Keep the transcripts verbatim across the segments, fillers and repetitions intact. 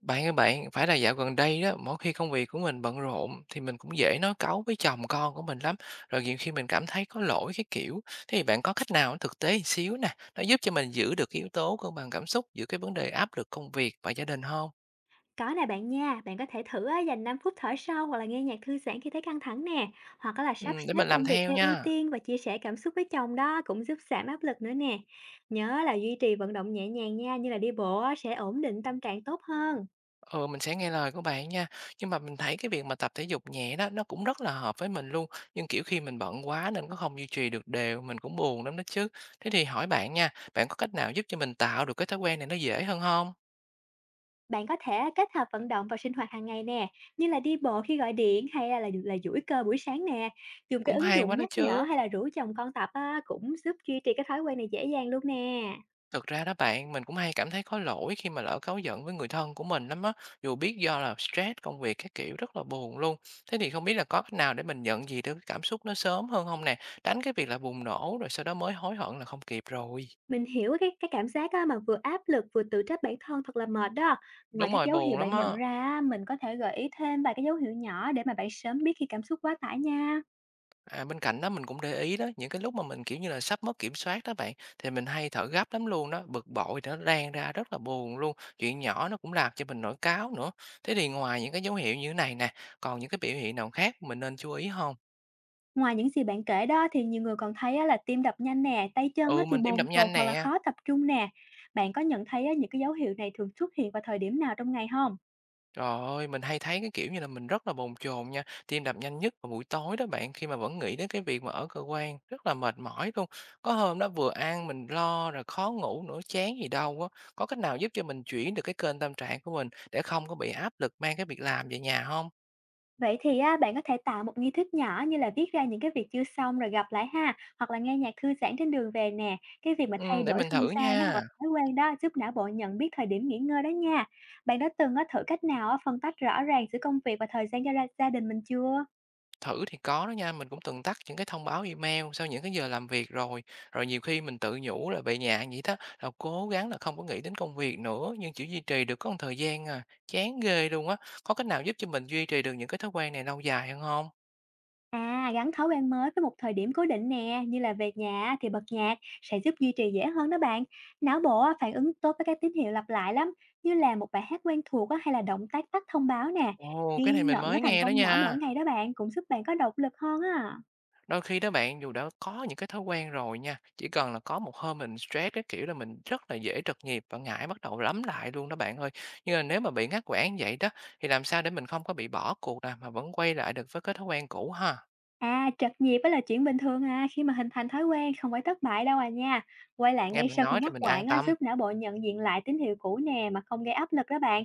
Bạn ơi bạn, phải là dạo gần đây đó, mỗi khi công việc của mình bận rộn thì mình cũng dễ nói cáu với chồng con của mình lắm. Rồi nhiều khi mình cảm thấy có lỗi cái kiểu. Thế thì bạn có cách nào nó thực tế xíu nè, nó giúp cho mình giữ được cái yếu tố cân bằng cảm xúc giữa cái vấn đề áp lực công việc và gia đình không? Có nè bạn nha, bạn có thể thử á, dành năm phút thở sâu hoặc là nghe nhạc thư giãn khi thấy căng thẳng nè, hoặc á là Ừ, sắp để xếp mình làm công việc theo theo ưu nha. tiên và chia sẻ cảm xúc với chồng đó cũng giúp giảm áp lực nữa nè. Nhớ là duy trì vận động nhẹ nhàng nha, như là đi bộ á, sẽ ổn định tâm trạng tốt hơn. Ừ, mình sẽ nghe lời của bạn nha. Nhưng mà mình thấy cái việc mà tập thể dục nhẹ đó nó cũng rất là hợp với mình luôn. Nhưng kiểu khi mình bận quá nên nó không duy trì được đều, mình cũng buồn lắm đó chứ. Thế thì hỏi bạn nha, bạn có cách nào giúp cho mình tạo được cái thói quen này nó dễ hơn không? Bạn có thể kết hợp vận động vào sinh hoạt hàng ngày nè, như là đi bộ khi gọi điện hay là là, là duỗi cơ buổi sáng nè. Dùng cái Cũng ứng hay quá dụng đó nhắc nhở chứ. hay là rủ chồng con tập á, cũng giúp duy trì cái thói quen này dễ dàng luôn nè. Thực ra đó bạn, mình cũng hay cảm thấy có lỗi khi mà lỡ cáu giận với người thân của mình lắm á, dù biết do là stress, công việc các kiểu rất là buồn luôn. Thế thì không biết là có cách nào để mình nhận gì được cái cảm xúc nó sớm hơn không nè? Tránh cái việc là bùng nổ rồi sau đó mới hối hận là không kịp rồi. Mình hiểu cái cái cảm giác á, mà vừa áp lực vừa tự trách bản thân thật là mệt đó. Ngoài Đúng các rồi, dấu hiệu buồn lắm bạn nhận á. ra á, mình có thể gợi ý thêm vài cái dấu hiệu nhỏ để mà bạn sớm biết khi cảm xúc quá tải nha. À, bên cạnh đó mình cũng để ý đó, những cái lúc mà mình, kiểu như là, sắp mất kiểm soát đó bạn, thì mình hay thở gấp lắm luôn đó, bực bội thì nó lan ra rất là buồn luôn, chuyện nhỏ nó cũng làm cho mình nổi cáu nữa. Thế thì ngoài những cái dấu hiệu như thế này nè, còn những cái biểu hiện nào khác mình nên chú ý không? Ngoài những gì bạn kể đó thì nhiều người còn thấy á, là tim đập nhanh nè, tay chân á, Ừ, thì mình tim bồn đập chồn nhanh hoặc là nè. khó tập trung nè. Bạn có nhận thấy á, những cái dấu hiệu này thường xuất hiện vào thời điểm nào trong ngày không? Trời ơi, mình hay thấy cái kiểu như là mình rất là bồn chồn nha, tim đập nhanh nhất vào buổi tối đó bạn, khi mà vẫn nghĩ đến cái việc mà ở cơ quan, rất là mệt mỏi luôn. Có hôm đó vừa ăn mình lo rồi khó ngủ nữa, chán gì đâu á. Có cách nào giúp cho mình chuyển được cái kênh tâm trạng của mình để không có bị áp lực mang cái việc làm về nhà không? Vậy thì á, bạn có thể tạo một nghi thức nhỏ như là viết ra những cái việc chưa xong rồi gặp lại ha, hoặc là nghe nhạc thư giãn trên đường về nè. Cái việc mà Ừ, thay để đổi mình không thử gian á, hoặc là nha. thói quen đó giúp não bộ nhận biết thời điểm nghỉ ngơi đó nha. Bạn đã từng á, thử cách nào á, phân tách rõ ràng giữa công việc và thời gian cho gia gia đình mình chưa? Thử thì có đó nha, mình cũng từng tắt những cái thông báo email sau những cái giờ làm việc rồi. Rồi nhiều khi mình tự nhủ là về nhà vậy đó, là cố gắng là không có nghĩ đến công việc nữa, nhưng chỉ duy trì được có một thời gian à, chán ghê luôn á. Có cách nào giúp cho mình duy trì được những cái thói quen này lâu dài hơn không? À, gắn thói quen mới với một thời điểm cố định nè, như là về nhà á, thì bật nhạc sẽ giúp duy trì dễ hơn đó bạn. Não bộ á, phản ứng tốt với các tín hiệu lặp lại lắm, như là một bài hát quen thuộc á, hay là động tác tắt thông báo nè. Ồ, cái Ghi này mình nhận cái mới thành nghe đó công nhỏ mỗi nha. ngày đó bạn cũng giúp bạn có động lực hơn á. Đôi khi đó bạn, dù đã có những cái thói quen rồi nha, chỉ cần là có một hôm mình stress cái kiểu là mình rất là dễ trật nhịp và ngại bắt đầu lắm lại luôn đó bạn ơi. Nhưng mà nếu mà bị ngắt quãng vậy đó, thì làm sao để mình không có bị bỏ cuộc nè, mà vẫn quay lại được với cái thói quen cũ ha? À, trật nhịp á là chuyện bình thường à, khi mà hình thành thói quen không phải thất bại đâu à nha. Quay lại Nghe ngay bạn sau khi nói thì ngắt mình an quãng á, tâm, giúp não bộ nhận diện lại tín hiệu cũ nè mà không gây áp lực đó bạn.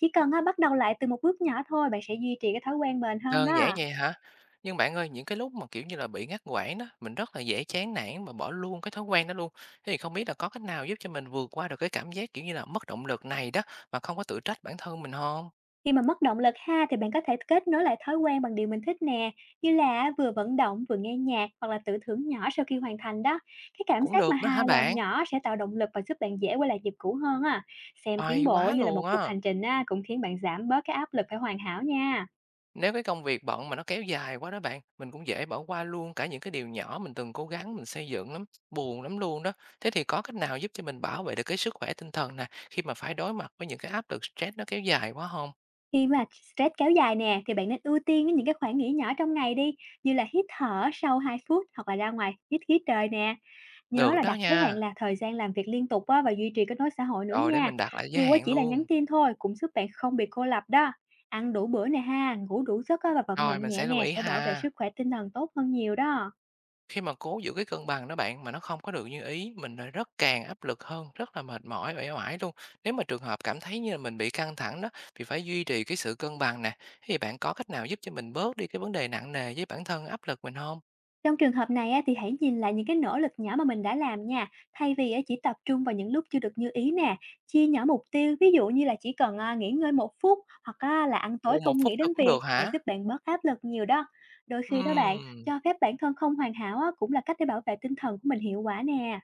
Chỉ cần á, bắt đầu lại từ một bước nhỏ thôi, bạn sẽ duy trì cái thói quen bền hơn đơn giản đó. vậy hả? Nhưng bạn ơi, những cái lúc mà kiểu như là bị ngắt quãng đó, mình rất là dễ chán nản và bỏ luôn cái thói quen đó luôn. Thế thì không biết là có cách nào giúp cho mình vượt qua được cái cảm giác kiểu như là mất động lực này đó, mà không có tự trách bản thân mình không? Khi mà mất động lực ha thì bạn có thể kết nối lại thói quen bằng điều mình thích nè, như là vừa vận động vừa nghe nhạc hoặc là tự thưởng nhỏ sau khi hoàn thành đó. Cái cảm Cũng giác mà được đó hả hài lòng bạn? nhỏ sẽ tạo động lực và giúp bạn dễ quay lại nhịp cũ hơn á. Xem tiến Oai quá bộ như là một luôn á! cuộc hành trình á, cũng khiến bạn giảm bớt cái áp lực phải hoàn hảo nha. Nếu cái công việc bận mà nó kéo dài quá đó bạn, mình cũng dễ bỏ qua luôn cả những cái điều nhỏ mình từng cố gắng mình xây dựng lắm, buồn lắm luôn đó. Thế thì có cách nào giúp cho mình bảo vệ được cái sức khỏe tinh thần nè, khi mà phải đối mặt với những cái áp lực stress nó kéo dài quá không? Khi mà stress kéo dài nè thì bạn nên ưu tiên những cái khoảng nghỉ nhỏ trong ngày đi, như là hít thở sau hai phút hoặc là ra ngoài hít khí trời nè. Nhớ Được là đó đặt giới hạn nha, là thời gian làm việc liên tục á và duy trì kết nối xã hội nữa rồi để nha. mình đặt lại giới Dù á hạn chỉ là luôn, nhắn tin thôi cũng giúp bạn không bị cô lập đó. Ăn đủ bữa nè ha, ngủ đủ giấc á và vận rồi động mình nhẹ sẽ lưu nè ý sẽ bảo vệ ha. sức khỏe tinh thần tốt hơn nhiều đó. Khi mà cố giữ cái cân bằng đó bạn, mà nó không có được như ý, mình lại rất càng áp lực hơn, rất là mệt mỏi, uể oải luôn. Nếu mà trường hợp cảm thấy như là mình bị căng thẳng đó, thì phải duy trì cái sự cân bằng nè, thì bạn có cách nào giúp cho mình bớt đi cái vấn đề nặng nề với bản thân, áp lực mình không? Trong trường hợp này á, thì hãy nhìn lại những cái nỗ lực nhỏ mà mình đã làm nha, thay vì á, chỉ tập trung vào những lúc chưa được như ý nè. Chia nhỏ mục tiêu, ví dụ như là chỉ cần à, nghỉ ngơi một phút hoặc á, là ăn tối Ồ, một không phút nghĩ đến thôi cũng việc được sẽ hả? giúp bạn bớt áp lực nhiều đó. Đôi khi đó bạn, Ừm, cho phép bản thân không hoàn hảo á, cũng là cách để bảo vệ tinh thần của mình hiệu quả nè.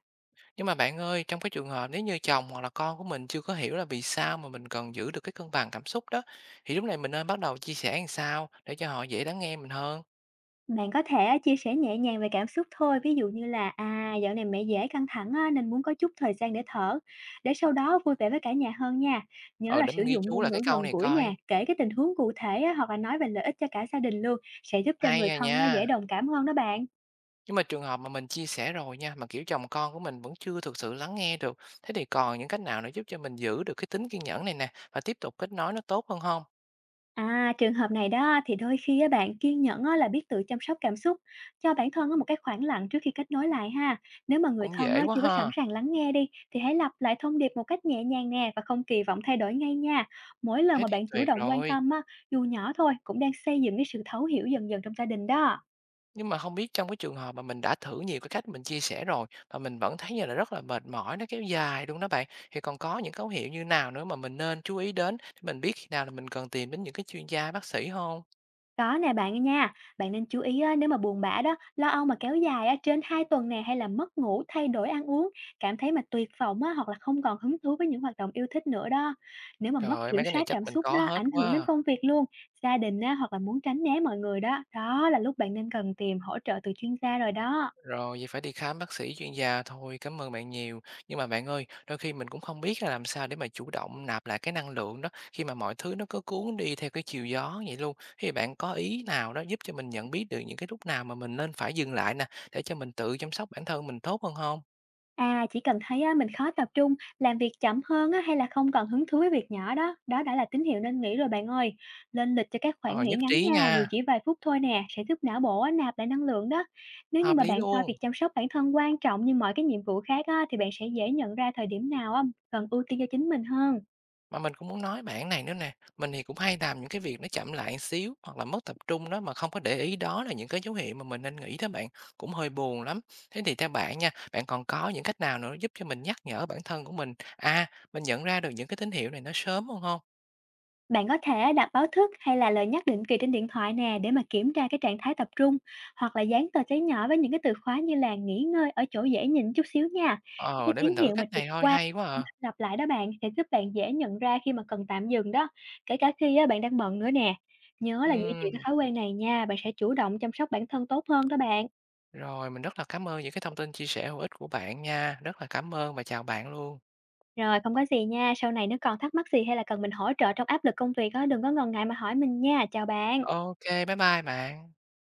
nhưng mà bạn ơi, trong cái trường hợp nếu như chồng hoặc là con của mình chưa có hiểu là vì sao mà mình cần giữ được cái cân bằng cảm xúc đó, thì lúc này mình nên bắt đầu chia sẻ làm sao để cho họ dễ lắng nghe mình hơn? Bạn có thể á, chia sẻ nhẹ nhàng về cảm xúc thôi, ví dụ như là à dạo này mẹ dễ căng thẳng á, nên muốn có chút thời gian để thở, để sau đó vui vẻ với cả nhà hơn nha. Nhớ Ừ, là để sử mình ghi dụng chú ngôn lại cái ngữ câu gần này gũi coi. nè, kể cái tình huống cụ thể á, hoặc là nói về lợi ích cho cả gia đình luôn, sẽ giúp cho người Hay à thân á, dễ nha. đồng cảm hơn đó bạn. Nhưng mà trường hợp mà mình chia sẻ rồi nha, mà, kiểu, chồng con của mình vẫn chưa thực sự lắng nghe được, thế thì còn những cách nào để giúp cho mình giữ được cái tính kiên nhẫn này nè và tiếp tục kết nối nó tốt hơn không? À, trường hợp này đó thì đôi khi á, bạn kiên nhẫn á, là biết tự chăm sóc cảm xúc, cho bản thân á, một cái khoảng lặng trước khi kết nối lại ha. Nếu mà người Cũng thân á, dễ quá chưa có sẵn ha, sàng lắng nghe đi thì hãy lặp lại thông điệp một cách nhẹ nhàng nè và không kỳ vọng thay đổi ngay nha. Mỗi lần thế mà thì bạn chủ tuyệt động quan rồi. tâm á, dù nhỏ thôi cũng đang xây dựng cái sự thấu hiểu dần dần trong gia đình đó. Nhưng mà không biết trong cái trường hợp mà mình đã thử nhiều cái cách mình chia sẻ rồi mà mình vẫn thấy như là rất là mệt mỏi, nó kéo dài luôn đó bạn, thì còn có những dấu hiệu như nào nữa mà mình nên chú ý đến để mình biết khi nào là mình cần tìm đến những cái chuyên gia, bác sĩ không? Có nè bạn nha, bạn nên chú ý á, nếu mà buồn bã đó, lo âu mà kéo dài á, trên hai tuần nè hay là mất ngủ, thay đổi ăn uống, cảm thấy mà tuyệt vọng á, hoặc là không còn hứng thú với những hoạt động yêu thích nữa đó. Nếu mà Trời mất ơi, kiểm mấy cái này soát chắc cảm mình xúc có đó, ảnh hết quá hưởng đến à. công việc luôn, gia đình á, hoặc là muốn tránh né mọi người đó, đó là lúc bạn nên cần tìm hỗ trợ từ chuyên gia rồi đó. Rồi, vậy phải đi khám bác sĩ chuyên gia thôi. Cảm ơn bạn nhiều. Nhưng mà bạn ơi, đôi khi mình cũng không biết là làm sao để mà chủ động nạp lại cái năng lượng đó khi mà mọi thứ nó cứ cuốn đi theo cái chiều gió vậy luôn. Thì bạn có ý nào đó giúp cho mình nhận biết được những cái lúc nào mà mình nên phải dừng lại nè để cho mình tự chăm sóc bản thân mình tốt hơn không? À, chỉ cần thấy á, mình khó tập trung, làm việc chậm hơn á, hay là không còn hứng thú với việc nhỏ đó, đó đã là tín hiệu nên nghỉ rồi bạn ơi. Lên lịch cho các khoảng Rồi, nghỉ nhất ngắn trí nha, dù nha. chỉ vài phút thôi nè, sẽ giúp não bộ á, nạp lại năng lượng đó. Nếu như Hợp mà lý bạn coi luôn. việc chăm sóc bản thân quan trọng như mọi cái nhiệm vụ khác á, thì bạn sẽ dễ nhận ra thời điểm nào á, cần ưu tiên cho chính mình hơn. Mà mình cũng muốn nói bạn này nữa nè, mình thì cũng hay làm những cái việc nó chậm lại một xíu hoặc là mất tập trung đó mà không có để ý đó là những cái dấu hiệu mà mình nên nghĩ đó bạn, cũng hơi buồn lắm. Thế thì theo bạn nha, bạn còn có những cách nào nữa giúp cho mình nhắc nhở bản thân của mình, à, mình nhận ra được những cái tín hiệu này nó sớm hơn không? Bạn có thể đặt báo thức hay là lời nhắc định kỳ trên điện thoại nè để mà kiểm tra cái trạng thái tập trung hoặc là dán tờ giấy nhỏ với những cái từ khóa như là nghỉ ngơi ở chỗ dễ nhìn chút xíu nha. Những Ờ, cái để tín mình thử hiệu mà cách trực này thôi, quan hay quá à. lặp lại đó bạn sẽ giúp bạn dễ nhận ra khi mà cần tạm dừng đó, kể cả khi á, bạn đang bận nữa nè. Nhớ là duy trì cái Ừm, thói quen này nha, bạn sẽ chủ động chăm sóc bản thân tốt hơn đó bạn. rồi mình rất là cảm ơn những cái thông tin chia sẻ hữu ích của bạn nha, rất là cảm ơn và chào bạn luôn. Rồi không có gì nha, sau này nếu còn thắc mắc gì hay là cần mình hỗ trợ trong áp lực công việc á, đừng có ngần ngại mà hỏi mình nha. Chào bạn. Ok, bye bye bạn.